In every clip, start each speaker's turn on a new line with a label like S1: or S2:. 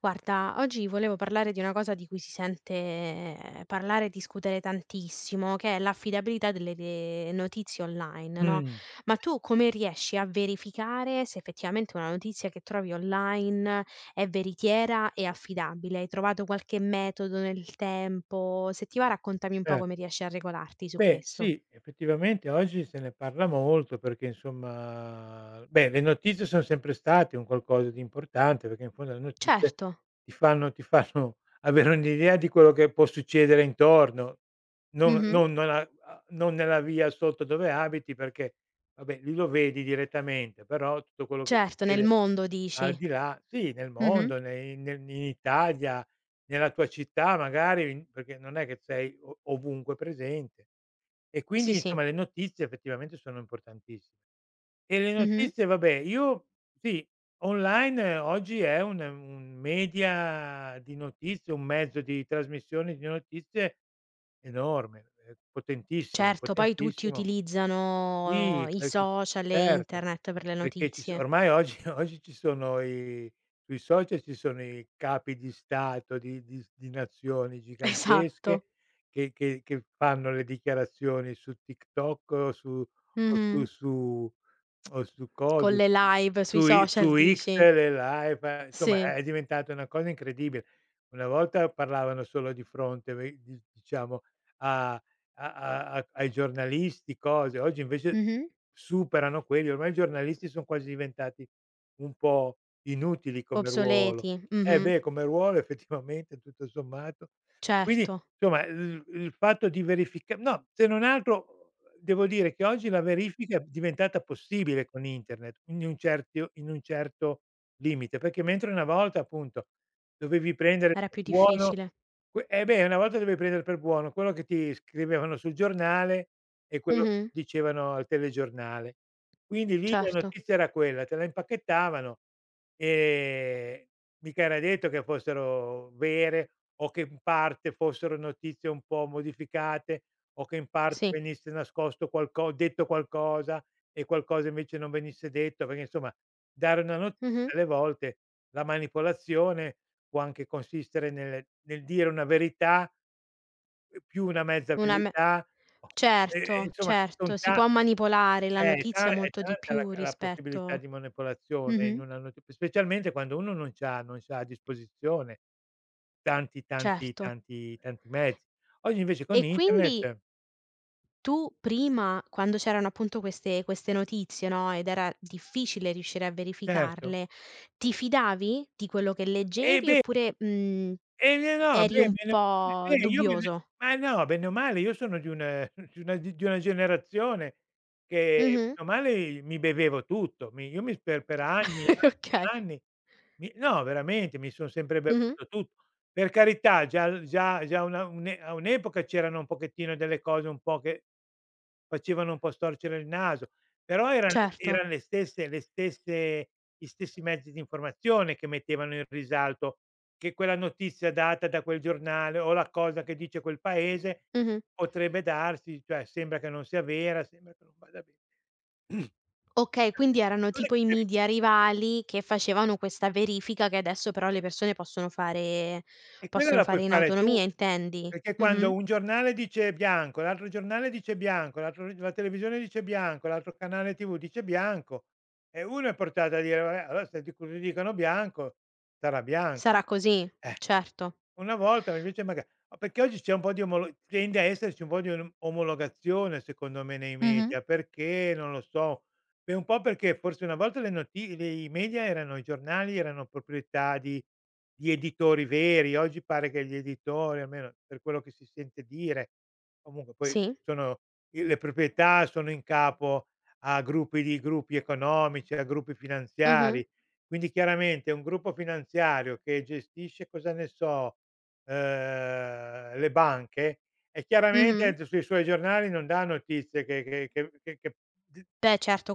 S1: Guarda, oggi volevo parlare di una cosa di cui si sente parlare e discutere tantissimo, che è l'affidabilità delle notizie online, no?
S2: Mh,
S1: Ma tu come riesci a verificare se effettivamente una notizia che trovi online è veritiera e affidabile? Hai trovato qualche metodo nel tempo? Se ti va, raccontami un po'
S2: cer
S1: come riesci a regolarti su
S2: beh
S1: questo.
S2: sì, effettivamente oggi se ne parla molto perché insomma beh, le notizie son sempre state un qualcosa di importante, perché in fondo le notizie
S1: Certo.
S2: ti fanno avere un'idea di quello che può succedere intorno, non
S1: Mhm.
S2: non non a a non nella via sotto dove abiti perché, vabbè, lì lo vedi direttamente, però tutto quello che
S1: Certo, nel
S2: succede
S1: mondo
S2: al
S1: dici.
S2: di là sì, nel
S1: Mhm.
S2: mondo, nei nel in Italia. Nella tua città magari in perché non è che sei o ovunque presente. E
S1: Sì,
S2: quindi
S1: sì.
S2: insomma le notizie effettivamente sono importantissime. E le
S1: Mhm.
S2: notizie vabbè, io sì, online oggi è un media di notizie, un mezzo di trasmissione di notizie enorme, potentissimo,
S1: Certo, poi tutti
S2: potentissimo.
S1: utilizzano, oh,
S2: Sì,
S1: i
S2: perché
S1: social e
S2: certo,
S1: internet per le
S2: perché ci so
S1: notizie.
S2: ormai oggi oggi ci sono i sui social ci sono i capi di stato di nazioni
S1: Esatto.
S2: gigantesche che che fanno le dichiarazioni su TikTok o
S1: Mh-mh.
S2: su o su cosa,
S1: Con le
S2: su
S1: live sui
S2: su i
S1: social
S2: su X,
S1: dici?
S2: le live, insomma
S1: Sì.
S2: è diventata una cosa incredibile. Una volta parlavano solo di fronte ve di diciamo a a ai giornalisti, cose. Oggi invece
S1: Mh-mh.
S2: superano quelli, ormai i giornalisti son quasi diventati un po' inutili come ruolo.
S1: Obsoleti.
S2: Eh
S1: Mh-mh.
S2: beh, come ruolo effettivamente tutto sommato. Quindi
S1: Certo,
S2: insomma il fatto di verifica no, se non altro devo dire che oggi la verifica è diventata possibile con internet, in un certo limite, perché mentre una volta appunto dovevi prendere
S1: era
S2: per
S1: più
S2: buono.
S1: difficile.
S2: Que Eh beh, una volta dovevi prendere per buono quello che ti scrivevano sul giornale e quello che
S1: Mh-mh.
S2: dicevano al telegiornale. Quindi lì la
S1: Certo,
S2: notizia era quella, te la impacchettavano e mica era detto che fossero vere o che in parte fossero notizie un po' modificate o che in parte
S1: sì.
S2: venisse nascosto qualco detto qualcosa e qualcosa invece non venisse detto, perché insomma dare una notizia
S1: Mh-mh.
S2: alle volte la manipolazione può anche consistere nel dire una verità, più una mezza
S1: Una me
S2: verità, o- e
S1: Certo,
S2: insomma son
S1: certo, si
S2: ta
S1: può manipolare la
S2: ta
S1: notizia
S2: è
S1: molto di
S2: tanta
S1: più
S2: la possibilità
S1: rispetto.
S2: di manipolazione in
S1: Mh-mh,
S2: una noti specialmente quando uno non c'ha a disposizione tanti, tanti,
S1: certo.
S2: tanti, tanti mezzi. Oggi invece con
S1: E quindi,
S2: internet
S1: tu prima, quando c'erano appunto queste notizie, no, ed era difficile riuscire a
S2: certo.
S1: verificarle, ti fidavi di quello che leggevi
S2: Beh
S1: oppure,
S2: Ne no,
S1: eri
S2: beh,
S1: un
S2: bene
S1: po'
S2: beh, io bene
S1: dubbioso?
S2: Ma no, bene o male io sono di una di una generazione che
S1: Mh-mh.
S2: bene o male mi bevevo tutto, mi io mi per anni, anni e
S1: Okay.
S2: anni mi no, veramente mi son sempre
S1: Mh-mh.
S2: bevuto tutto. Per carità, già una un'e a un'epoca c'erano un pochettino delle cose un po' che facevano un po' storcere il naso, però eran
S1: Certo.
S2: eran le stesse gli stessi mezzi di informazione che mettevano in risalto che quella notizia data da quel giornale o la cosa che dice quel paese
S1: Mh-mh.
S2: potrebbe darsi, cioè sembra che non sia vera, sembra che non vada bene.
S1: Okay, quindi erano
S2: Cose
S1: tipo
S2: che
S1: i
S2: ti arri-
S1: media rivali che facevano questa verifica che adesso però le persone possono fare
S2: E quella
S1: possono
S2: la puoi
S1: fare in
S2: fare tu,
S1: autonomia, intendi?
S2: perché
S1: Mh-mh.
S2: quando un giornale dice bianco, l'altro giornale dice bianco, l'altro la televisione dice bianco, l'altro canale TV dice bianco, e uno è portato a dire: "Vabbè, allora se di dicono bianco, sarà bianco."
S1: Sarà così,
S2: Eh.
S1: certo.
S2: Una volta invece maga ma perché oggi c'è un po' di omolo tende a esserci un po' di om omologazione secondo me nei
S1: Mh-mh.
S2: media, perché non lo so, e un po' perché forse una volta le noti le i media erano i giornali erano proprietà di editori veri, oggi pare che gli editori, almeno per quello che si sente dire, comunque poi
S1: Sì.
S2: sono i le proprietà sono in capo a gruppi di gruppi economici, a gruppi
S1: Mh-mh.
S2: finanziari. Quindi chiaramente un gruppo finanziario che gestisce, cosa ne so, le banche, e
S1: Mh-mh.
S2: chiaramente sui suoi giornali non dà notizie d
S1: Beh, certo,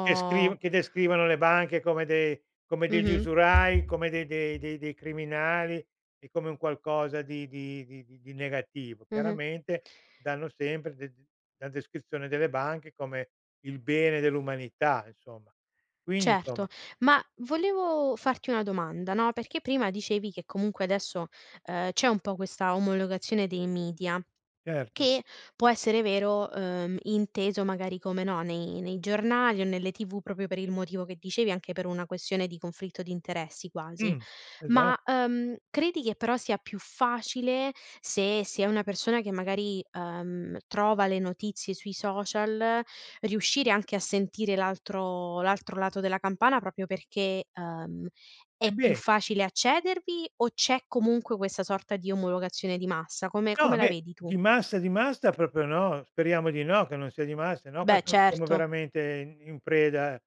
S2: che scriv che descrivono le banche come dei come degli
S1: Mh-mh,
S2: usurai, come dei criminali e come un qualcosa di negativo.
S1: mh-mh.
S2: Chiaramente danno sempre de d la descrizione delle banche come il bene dell'umanità, insomma. Quindi,
S1: Certo,
S2: insomma
S1: ma volevo farti una domanda, no, perché prima dicevi che comunque adesso, c'è un po' questa omologazione dei media.
S2: certo.
S1: Che può essere vero, inteso magari come no, nei giornali o nelle TV proprio per il motivo che dicevi, anche per una questione di conflitto di interessi quasi.
S2: Mh, esa
S1: Ma, credi che però sia più facile se si è una persona che magari, trova le notizie sui social, riuscire anche a sentire l'altro lato della campana proprio perché,
S2: e
S1: è più
S2: beh
S1: facile accedervi o c'è comunque questa sorta di omologazione di massa? Come
S2: No,
S1: come la
S2: beh,
S1: vedi tu?
S2: di massa proprio no, speriamo di no, che non sia di massa, se no qua
S1: Beh
S2: siamo
S1: certo.
S2: veramente in preda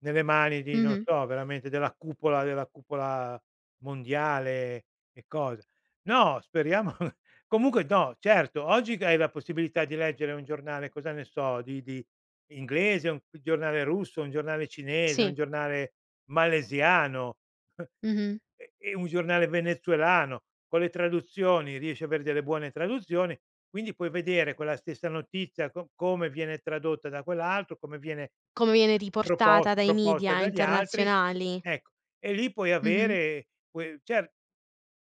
S2: nelle mani di non
S1: Mh-mh.
S2: so, veramente della cupola mondiale e cosa. No, speriamo comunque no, certo, oggi hai la possibilità di leggere un giornale, cosa ne so, di inglese, un giornale russo, un giornale cinese, un
S1: Sì.
S2: giornale malesiano.
S1: Mh-mh.
S2: E un giornale venezuelano, con le traduzioni riesci aver delle buone traduzioni, quindi puoi vedere quella stessa notizia co come viene tradotta da quell'altro, come viene
S1: Come viene riportata dai
S2: proposta
S1: media
S2: dagli altri,
S1: internazionali.
S2: ecco. E lì puoi
S1: Mh-mh.
S2: avere puoi cer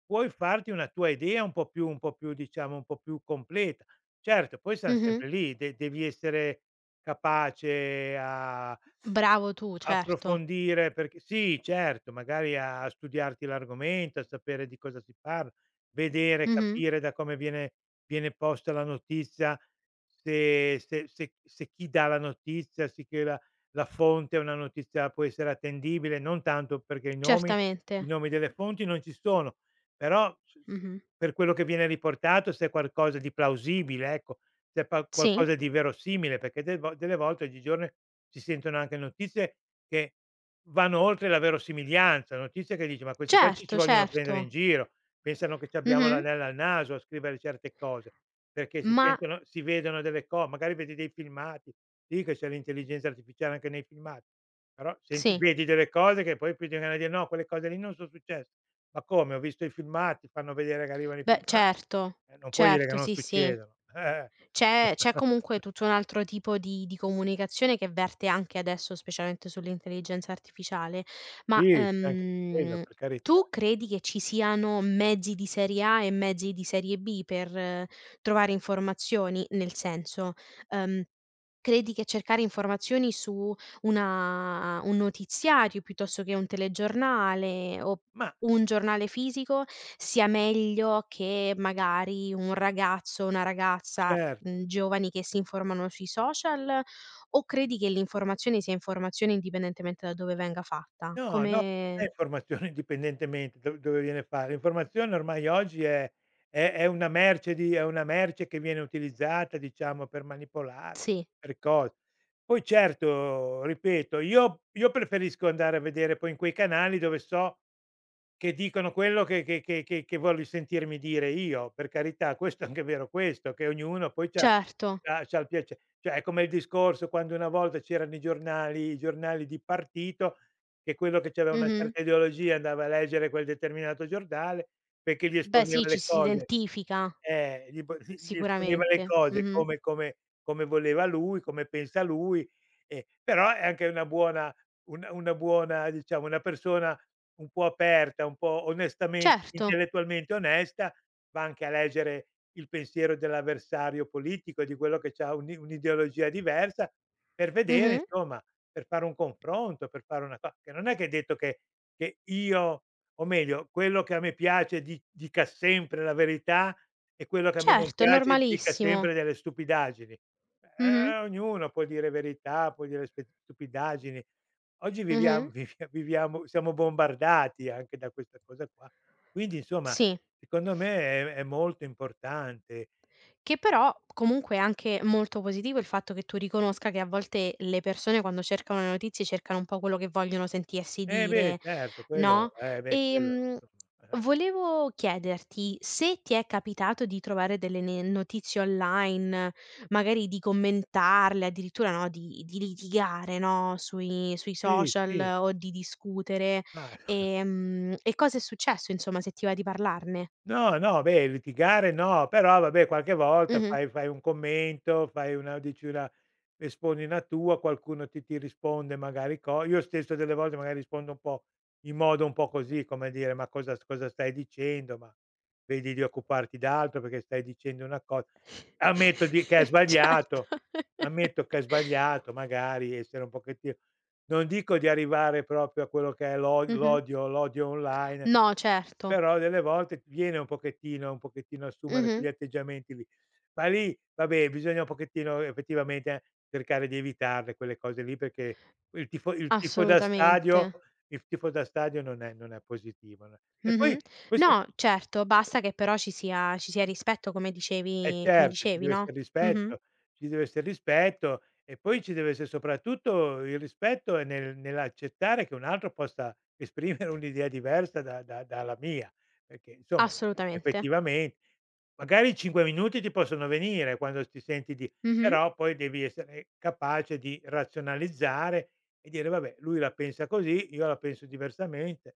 S2: puoi farti una tua idea un po' più diciamo, un po' più completa. Certo, poi siam
S1: Mh-mh.
S2: sempre lì, de devi essere capace
S1: Bravo tu,
S2: a
S1: certo.
S2: approfondire perché sì, certo, magari a studiarti l'argomento, a sapere di cosa si parla, vedere,
S1: Mh-mh.
S2: capire da come viene posta la notizia, se chi dà la notizia, sì che la fonte è una notizia può essere attendibile, non tanto perché
S1: Certamente.
S2: i nomi delle fonti non ci sono, però s s
S1: Mh-mh.
S2: per quello che viene riportato se è qualcosa di plausibile, ecco, se è pa
S1: Sì.
S2: qualcosa di verosimile, perché delle volte oggigiorno si sentono anche notizie che vanno oltre la verosimiglianza, notizie che dici: "Ma questi qua ci
S1: Certo,
S2: ci vogliono
S1: certo.
S2: prendere in giro, pensano che c'abbiamo
S1: Mh-mh.
S2: l'anello al naso a scrivere certe cose", perché si
S1: Ma
S2: sentono si vedono delle co magari vedi dei filmati, sì che c'è l'intelligenza artificiale anche nei filmati, però senti
S1: sì.
S2: vedi delle cose che poi ti viene da dire: "No, quelle cose lì non son successe". Ma come? Ho visto i filmati, fanno vedere che arrivano i
S1: Beh
S2: filma
S1: certo,
S2: non puoi dire che
S1: certo,
S2: non
S1: sì, sì.
S2: succedono.
S1: C'è comunque tutto un altro tipo di comunicazione che verte anche adesso, specialmente sull'intelligenza artificiale, ma,
S2: Sì, c'è anche quello, per carità.
S1: tu credi che ci siano mezzi di serie A e mezzi di serie B per trovare informazioni? Nel senso, ehm, credi che cercare informazioni su una un notiziario piuttosto che un telegiornale o
S2: Ma
S1: un giornale fisico sia meglio che magari un ragazzo o una ragazza,
S2: certo.
S1: giovani che si informano sui social, o credi che l'informazione sia informazione indipendentemente da dove venga fatta?
S2: No, no, è
S1: Come
S2: informazione indipendentemente do dove viene fa l'informazione ormai oggi è una merce di è una merce che viene utilizzata diciamo per manipolare,
S1: sì,
S2: per cose. Poi certo, ripeto, io preferisco andare a vedere poi in quei canali dove so che dicono quello che voglio sentirmi dire io, per carità, questo è anche vero questo, che ognuno poi
S1: certo.
S2: c'ha il piace cioè è come il discorso quando una volta c'erano i giornali di partito, che quello che c'aveva una
S1: Mh-mh.
S2: certa ideologia andava a leggere quel determinato giornale perché gli
S1: Beh
S2: esponeva
S1: sì, ci
S2: le
S1: si
S2: cose
S1: identifica
S2: gli po gli esponeva le
S1: sicuramente.
S2: cose
S1: Mh-mh.
S2: come come voleva lui, come pensa lui, e però è anche una buona una buona diciamo, una persona un po' aperta, un po' onestamente
S1: Certo.
S2: intellettualmente onesta, va anche a leggere il pensiero dell'avversario politico, di quello che c'ha un'ideologia diversa per vedere
S1: Mh-mh.
S2: insomma per fare un confronto, per fare una cosa, che non è che hai detto che io o meglio quello che a me piace di dica sempre la verità e quello che a me non
S1: Certo, è
S2: piace dica
S1: normalissimo.
S2: sempre delle stupidaggini.
S1: Mh-mh.
S2: Ognuno può dire verità, può dire spe stupidaggini. Oggi
S1: Mh-mh.
S2: viviam vivia viviamo siamo bombardati anche da questa cosa qua. Quindi insomma,
S1: Sì.
S2: secondo me è molto importante.
S1: Che però comunque è anche molto positivo il fatto che tu riconosca che a volte le persone quando cercano le notizie cercano un po' quello che vogliono sentirsi
S2: Eh beh
S1: dire,
S2: certo, quello
S1: no,
S2: eh beh, quello
S1: ehm,
S2: insomma, eh.
S1: volevo chiederti se ti è capitato di trovare delle ne notizie online, magari di commentarle, addirittura, no, di litigare, no, sui
S2: Sì,
S1: social
S2: sì,
S1: o di discutere,
S2: ma
S1: e cosa è successo insomma, se ti va di parlarne.
S2: no, no, beh, litigare no, però vabbè qualche volta
S1: Mh-mh.
S2: fai un commento, fai una dici una esponi una tua, qualcuno ti risponde magari co io stesso delle volte magari rispondo un po' in modo un po' così, come dire: "Ma cosa stai dicendo? Ma vedi di occuparti d'altro perché stai dicendo una co." Ammetto di che hai
S1: Certo.
S2: sbagliato, ammetto che hai sbagliato, magari essere un pochettino, non dico di arrivare proprio a quello che è
S1: Mh-mh.
S2: l'odio l'odio online,
S1: No, certo.
S2: però delle volte viene un pochettino assumere quegli
S1: Mh-mh.
S2: atteggiamenti lì. Ma lì, vabbè, bisogna un pochettino effettivamente cercare di evitarle quelle cose lì, perché il tifo da stadio
S1: Assolutamente.
S2: il tifo da stadio non è non è positivo, no. E
S1: Mh-mh.
S2: poi questo.
S1: No, certo, basta che però ci sia rispetto come
S2: Eh
S1: dicevi come
S2: certo, ci
S1: dicevi,
S2: deve essere
S1: no. Mh-mh.
S2: rispetto, ci deve essere rispetto, e poi ci deve essere soprattutto il rispetto è nell'accettare che un altro possa esprimere un'idea diversa da da dalla mia, perché insomma
S1: Assolutamente.
S2: effettivamente magari 5 minuti ti possono venire quando ti senti di
S1: Mh-mh.
S2: però poi devi essere capace di razionalizzare e dire: "Vabbè, lui la pensa così, io la penso diversamente,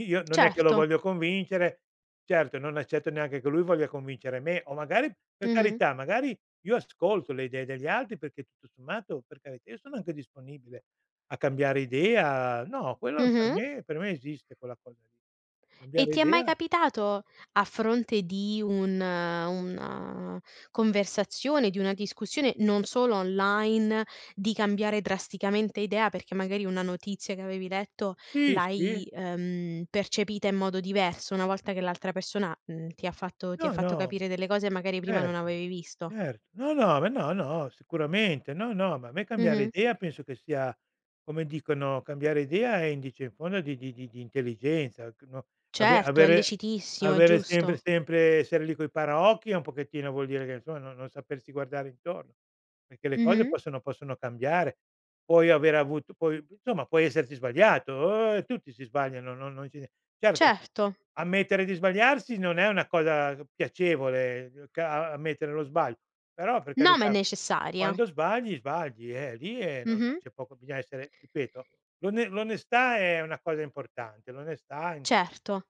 S2: io non è che lo
S1: Certo.
S2: voglio convincere." Certo, non accetto neanche che lui voglia convincere me, o magari per
S1: Mh-mh.
S2: carità, magari io ascolto le idee degli altri perché tutto sommato, per carità, io sono anche disponibile a cambiare idea. No, quello per
S1: Mh-mh.
S2: me per me esiste quella cosa lì.
S1: E
S2: Cambiare
S1: ti è mai
S2: idea
S1: capitato, a fronte di un una conversazione, di una discussione, non solo online, di cambiare drasticamente idea perché magari una notizia che avevi letto
S2: sì, sì.
S1: l'hai, percepita in modo diverso una volta che l'altra persona, ti ha fatto ti ha
S2: No,
S1: fatto
S2: no.
S1: capire delle cose che magari prima non
S2: Certo,
S1: avevi visto?
S2: certo. No, no, ma no, no, sicuramente. No, no, ma a me cambiare
S1: Mh-mh.
S2: idea penso che sia come dicono, cambiare idea è indice in fondo di intelligenza, c no,
S1: Certo, è
S2: avere
S1: lecitissimo, è
S2: avere sempre
S1: giusto.
S2: sempre essere lì coi paraocchi un pochettino vuol dire che insomma no, non sapersi guardare intorno, perché le cose
S1: Mh-mh.
S2: possono cambiare. Puoi aver avuto puoi insomma puoi esserti sbagliato, tutti si sbagliano, non non ci certo,
S1: Certo.
S2: ammettere di sbagliarsi non è una cosa piacevole, ca a ammettere lo sbaglio, però per
S1: No, ma è
S2: carità
S1: necessaria.
S2: quando sbagli, sbagli, lì è non
S1: Mh-mh.
S2: c'è poco, bisogna essere ripeto, l'onestà è una cosa importante, l'onestà in
S1: Certo.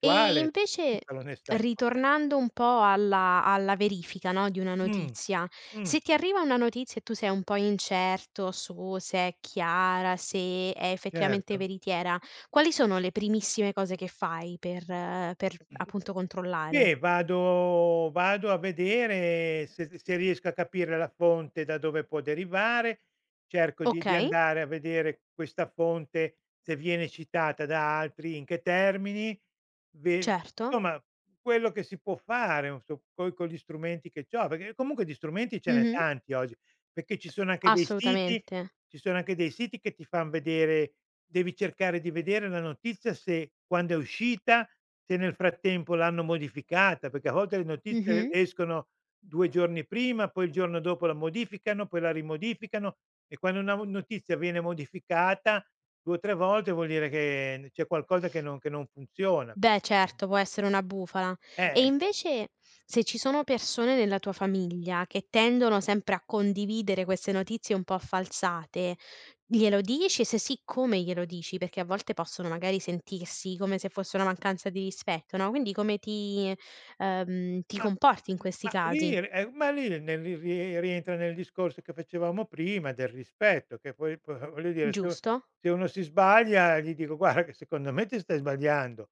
S1: E invece,
S2: tutta l'onestà è importan
S1: ritornando un po' alla verifica, no, di una
S2: mh,
S1: notizia,
S2: mh,
S1: se ti arriva una notizia e tu sei un po' incerto su se è chiara, se è effettivamente
S2: certo.
S1: veritiera, quali sono le primissime cose che fai per appunto controllare?
S2: Beh, vado a vedere se se riesco a capire la fonte da dove può derivare, cerco di
S1: Okay,
S2: andare a vedere questa fonte, se viene citata da altri, in che termini, ve
S1: certo.
S2: insomma quello che si può fare un so co con gli strumenti che c'ho, perché comunque di strumenti ce n'è
S1: Mh-mh.
S2: tanti oggi, perché ci sono anche dei siti
S1: Assolutamente.
S2: ci sono anche dei siti che ti fan vedere, devi cercare di vedere la notizia se quando è uscita, se nel frattempo l'hanno modificata, perché a volte le notizie
S1: Mh-mh.
S2: escono 2 giorni prima, poi il giorno dopo la modificano, poi la rimodificano, e quando una notizia viene modificata 2 o 3 volte vuol dire che n c'è qualcosa che non funziona.
S1: Beh certo, può essere una bufala. E
S2: Eh.
S1: invece se ci sono persone nella tua famiglia che tendono sempre a condividere queste notizie un po' falsate, glielo dici? Se sì, come glielo dici? Perché a volte possono magari sentirsi come se fosse una mancanza di rispetto, no, quindi come ti
S2: Ma
S1: comporti in questi casi,
S2: ma lì nel ri rie rientra nel discorso che facevamo prima del rispetto, che poi voglio dire,
S1: giusto?
S2: se uno si sbaglia gli dico: "Guarda che secondo me ti stai sbagliando,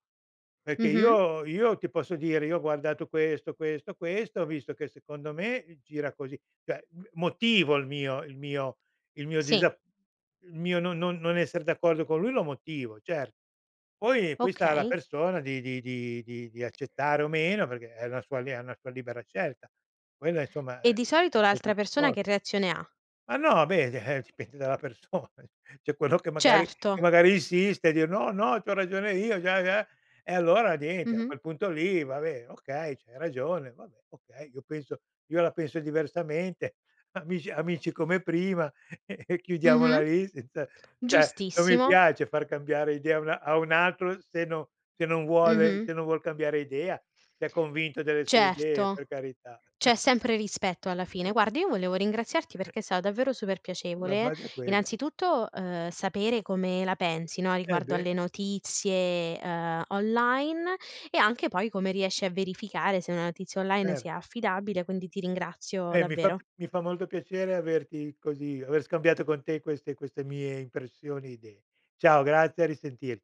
S2: perché
S1: Mh-mh.
S2: io ti posso dire, io ho guardato questo, questo, questo, ho visto che secondo me gira così". Cioè, m motivo il mio
S1: Sì,
S2: disa il mio non esser d'accordo con lui lo motivo, certo. Poi sta alla
S1: okay.
S2: persona di di accettare o meno, perché è una sua li è una sua libera scelta. Quella insomma è
S1: E
S2: è
S1: di
S2: è
S1: solito
S2: proprio
S1: l'altra persona che reazione ha?
S2: ma no, beh, dipende dalla persona. C'è quello
S1: Certo.
S2: che magari insiste, dire: "No, no, c'ho ragione io, già, già". E allora niente, a
S1: Mh-mh.
S2: quel punto lì, vabbè, okay, c'hai ragione, vabbè, okay, io la penso diversamente, amici amici come prima, e chiudiamola
S1: Mh-mh.
S2: lì senza, cioè, non mi
S1: Giustissimo.
S2: piace far cambiare idea a una a un altro se no se non vuole,
S1: Mh-mh.
S2: se non vuol cambiare idea, se è convinto delle sue idee, per
S1: Certo,
S2: carità.
S1: c'è sempre rispetto alla fine. Guarda, io volevo ringraziarti perché è stato davvero super
S2: La
S1: piacevole, eh.
S2: base è quella.
S1: Innanzitutto, sapere come la pensi, no,
S2: Eh
S1: riguardo
S2: beh,
S1: alle notizie, online e anche poi come riesci a verificare se una notizia online
S2: cer
S1: sia affidabile, quindi ti ringrazio
S2: beh,
S1: davvero.
S2: mi fa molto piacere averti così aver scambiato con te queste queste mie impressioni e idee. Ciao, grazie, a risentir